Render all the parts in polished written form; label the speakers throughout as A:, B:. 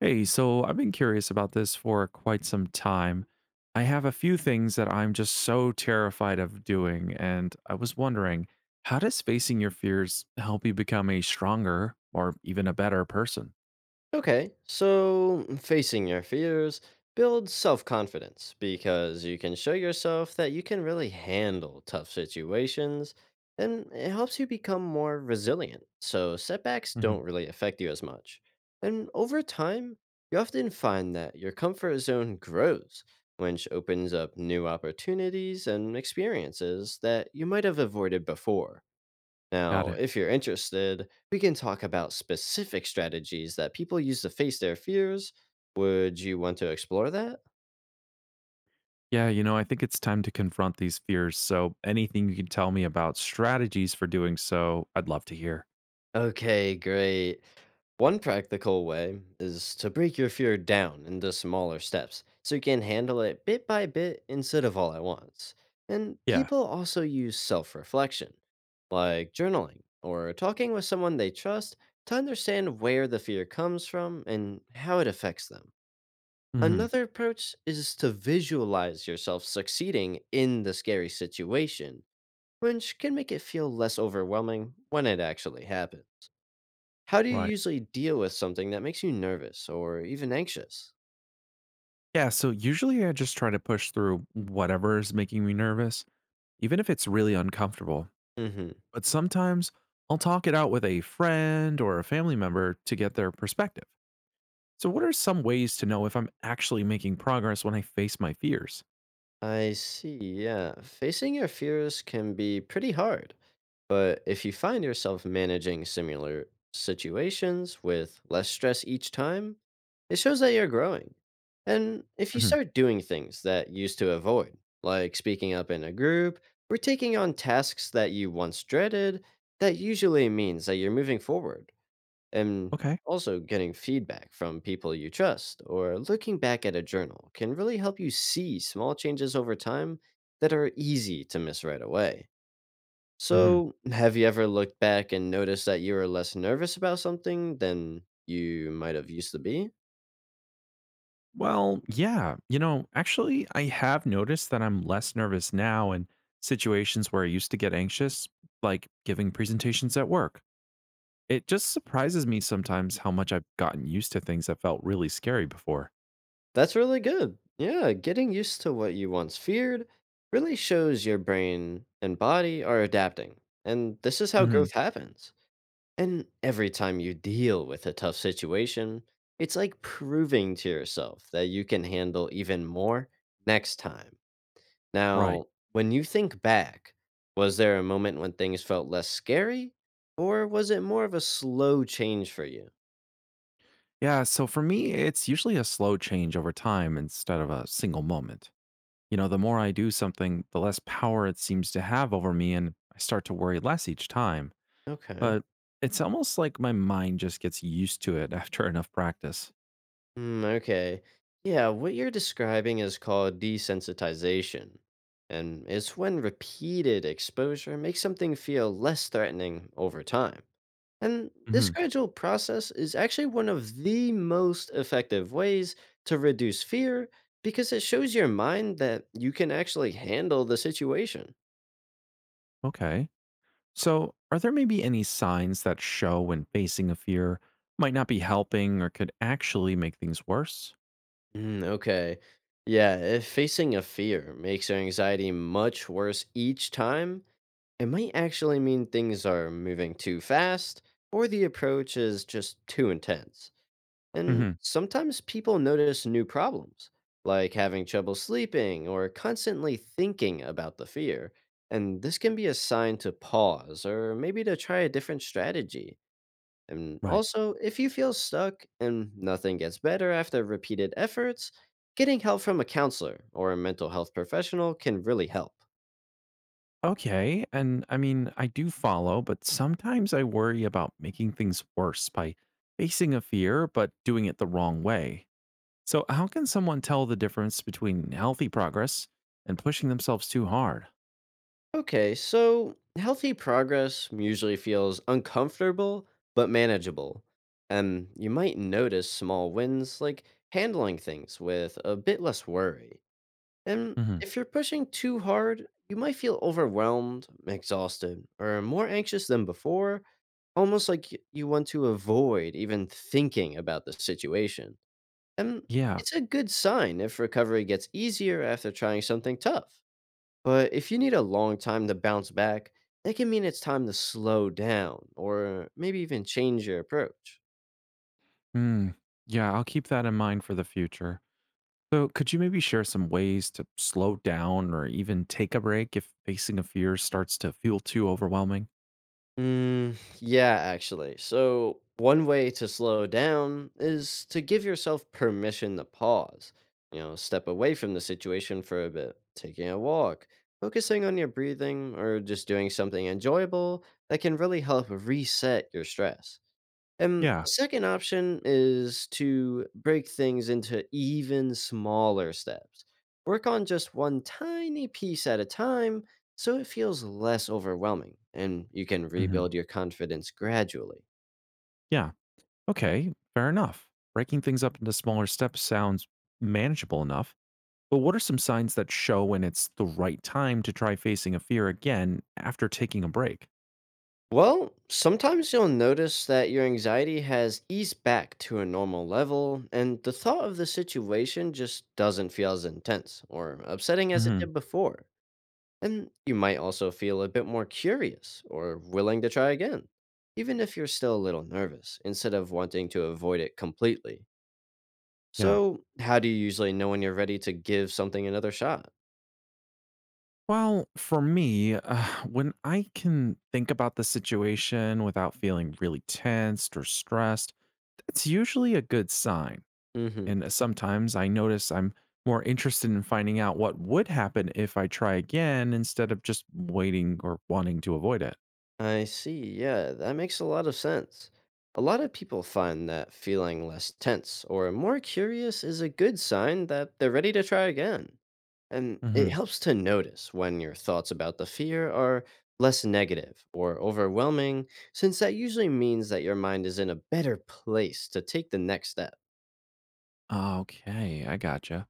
A: Hey, so I've been curious about this for quite some time. I have a few things that I'm just so terrified of doing, and I was wondering, how does facing your fears help you become a stronger or even a better person?
B: Okay, so facing your fears builds self confidence because you can show yourself that you can really handle tough situations and it helps you become more resilient. So setbacks
A: Hmm.
B: don't really affect you as much. And over time, you often find that your comfort zone grows, which opens up new opportunities and experiences that you might have avoided before.
A: Got
B: Now,
A: it.
B: if you're interested, we can talk about specific strategies that people use to face their fears. Would you want to explore that?
A: Yeah, I think it's time to confront these fears. So anything you can tell me about strategies for doing so, I'd love to hear.
B: Okay, great. One practical way is to break your fear down into smaller steps so you can handle it bit by bit instead of all at once. And
A: Yeah.
B: people also use self reflection, like journaling or talking with someone they trust to understand where the fear comes from and how it affects them.
A: Hmm.
B: Another approach is to visualize yourself succeeding in the scary situation, which can make it feel less overwhelming when it actually happens. How do you
A: Right.
B: usually deal with something that makes you nervous or even anxious?
A: Yeah. So usually I just try to push through whatever is making me nervous, even if it's really uncomfortable. But sometimes I'll talk it out with a friend or a family member to get their perspective. So, what are some ways to know if I'm actually making progress when I face my fears?
B: I see, yeah. Facing your fears can be pretty hard, but if you find yourself managing similar situations with less stress each time, it shows that you're growing. And if you
A: Hmm.
B: start doing things that you used to avoid, like speaking up in a group or taking on tasks that you once dreaded, that usually means that you're moving forward. And
A: Okay.
B: also, getting feedback from people you trust or looking back at a journal can really help you see small changes over time that are easy to miss right away.
A: Hmm.
B: So, have you ever looked back and noticed that you were less nervous about something than you might have used to be?
A: Well, yeah. I have noticed that I'm less nervous now in situations where I used to get anxious, like giving presentations at work. It just surprises me sometimes how much I've gotten used to things that felt really scary before.
B: That's really good. Yeah, getting used to what you once feared really shows your brain and body are adapting. And this is how
A: Hmm.
B: growth happens. And every time you deal with a tough situation, it's like proving to yourself that you can handle even more next time.
A: Right.
B: Now, when you think back, was there a moment when things felt less scary, or was it more of a slow change for you?
A: Yeah, so for me, it's usually a slow change over time instead of a single moment. The more I do something, the less power it seems to have over me, and I start to worry less each time.
B: Okay.
A: But it's almost like my mind just gets used to it after enough practice.
B: Mm, okay. Yeah, what you're describing is called desensitization. And it's when repeated exposure makes something feel less threatening over time. And this
A: Hmm.
B: gradual process is actually one of the most effective ways to reduce fear because it shows your mind that you can actually handle the situation.
A: Okay. So, are there maybe any signs that show when facing a fear might not be helping or could actually make things worse?
B: Mm, okay. Yeah, if facing a fear makes your anxiety much worse each time, it might actually mean things are moving too fast or the approach is just too intense. And
A: Hmm.
B: sometimes people notice new problems, like having trouble sleeping or constantly thinking about the fear. And this can be a sign to pause or maybe to try a different strategy. And
A: Right.
B: also, if you feel stuck and nothing gets better after repeated efforts, getting help from a counselor or a mental health professional can really help.
A: Okay. And I mean, I do follow, but sometimes I worry about making things worse by facing a fear, but doing it the wrong way. So, how can someone tell the difference between healthy progress and pushing themselves too hard?
B: Okay, so healthy progress usually feels uncomfortable but manageable. And you might notice small wins like handling things with a bit less worry. And
A: Hmm.
B: if you're pushing too hard, you might feel overwhelmed, exhausted, or more anxious than before, almost like you want to avoid even thinking about the situation. And
A: Yeah.
B: it's a good sign if recovery gets easier after trying something tough. But if you need a long time to bounce back, that can mean it's time to slow down or maybe even change your approach.
A: Hmm. Yeah. I'll keep that in mind for the future. So, could you maybe share some ways to slow down or even take a break if facing a fear starts to feel too overwhelming?
B: Mm, yeah, actually. So, one way to slow down is to give yourself permission to pause. Step away from the situation for a bit, taking a walk, focusing on your breathing, or just doing something enjoyable that can really help reset your stress.
A: Yeah.
B: A second option is to break things into even smaller steps. Work on just one tiny piece at a time so it feels less overwhelming and you can
A: Hmm.
B: rebuild your confidence gradually.
A: Yeah. Okay, fair enough. Breaking things up into smaller steps sounds manageable enough. But what are some signs that show when it's the right time to try facing a fear again after taking a break?
B: Well, sometimes you'll notice that your anxiety has eased back to a normal level and the thought of the situation just doesn't feel as intense or upsetting as it
A: Hmm.
B: did before. And you might also feel a bit more curious or willing to try again, even if you're still a little nervous, instead of wanting to avoid it completely.
A: Yeah.
B: So, how do you usually know when you're ready to give something another shot?
A: Well, for me, when I can think about the situation without feeling really tensed or stressed, that's usually a good sign.
B: Mm-hmm.
A: And sometimes I notice I'm more interested in finding out what would happen if I try again instead of just waiting or wanting to avoid it.
B: I see. Yeah, that makes a lot of sense. A lot of people find that feeling less tense or more curious is a good sign that they're ready to try again. And it
A: Hmm.
B: helps to notice when your thoughts about the fear are less negative or overwhelming, since that usually means that your mind is in a better place to take the next step.
A: Okay, I gotcha.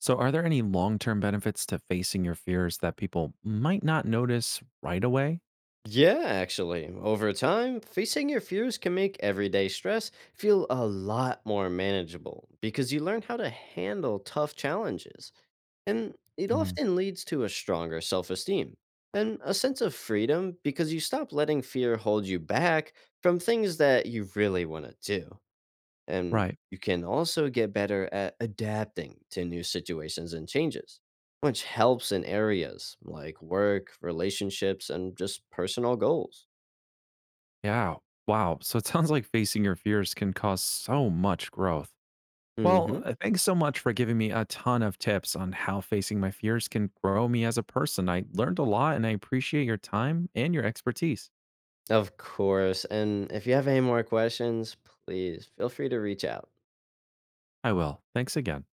A: So, are there any long term benefits to facing your fears that people might not notice right away?
B: Yeah, actually, over time, facing your fears can make everyday stress feel a lot more manageable because you learn how to handle tough challenges. And it
A: Hmm.
B: often leads to a stronger self esteem and a sense of freedom because you stop letting fear hold you back from things that you really want to do. And
A: Right.
B: you can also get better at adapting to new situations and changes, which helps in areas like work, relationships, and just personal goals.
A: Yeah. Wow. So, it sounds like facing your fears can cause so much growth.
B: Hmm.
A: Well, thanks so much for giving me a ton of tips on how facing my fears can grow me as a person. I learned a lot and I appreciate your time and your expertise.
B: Of course. And if you have any more questions, please feel free to reach out.
A: I will. Thanks again.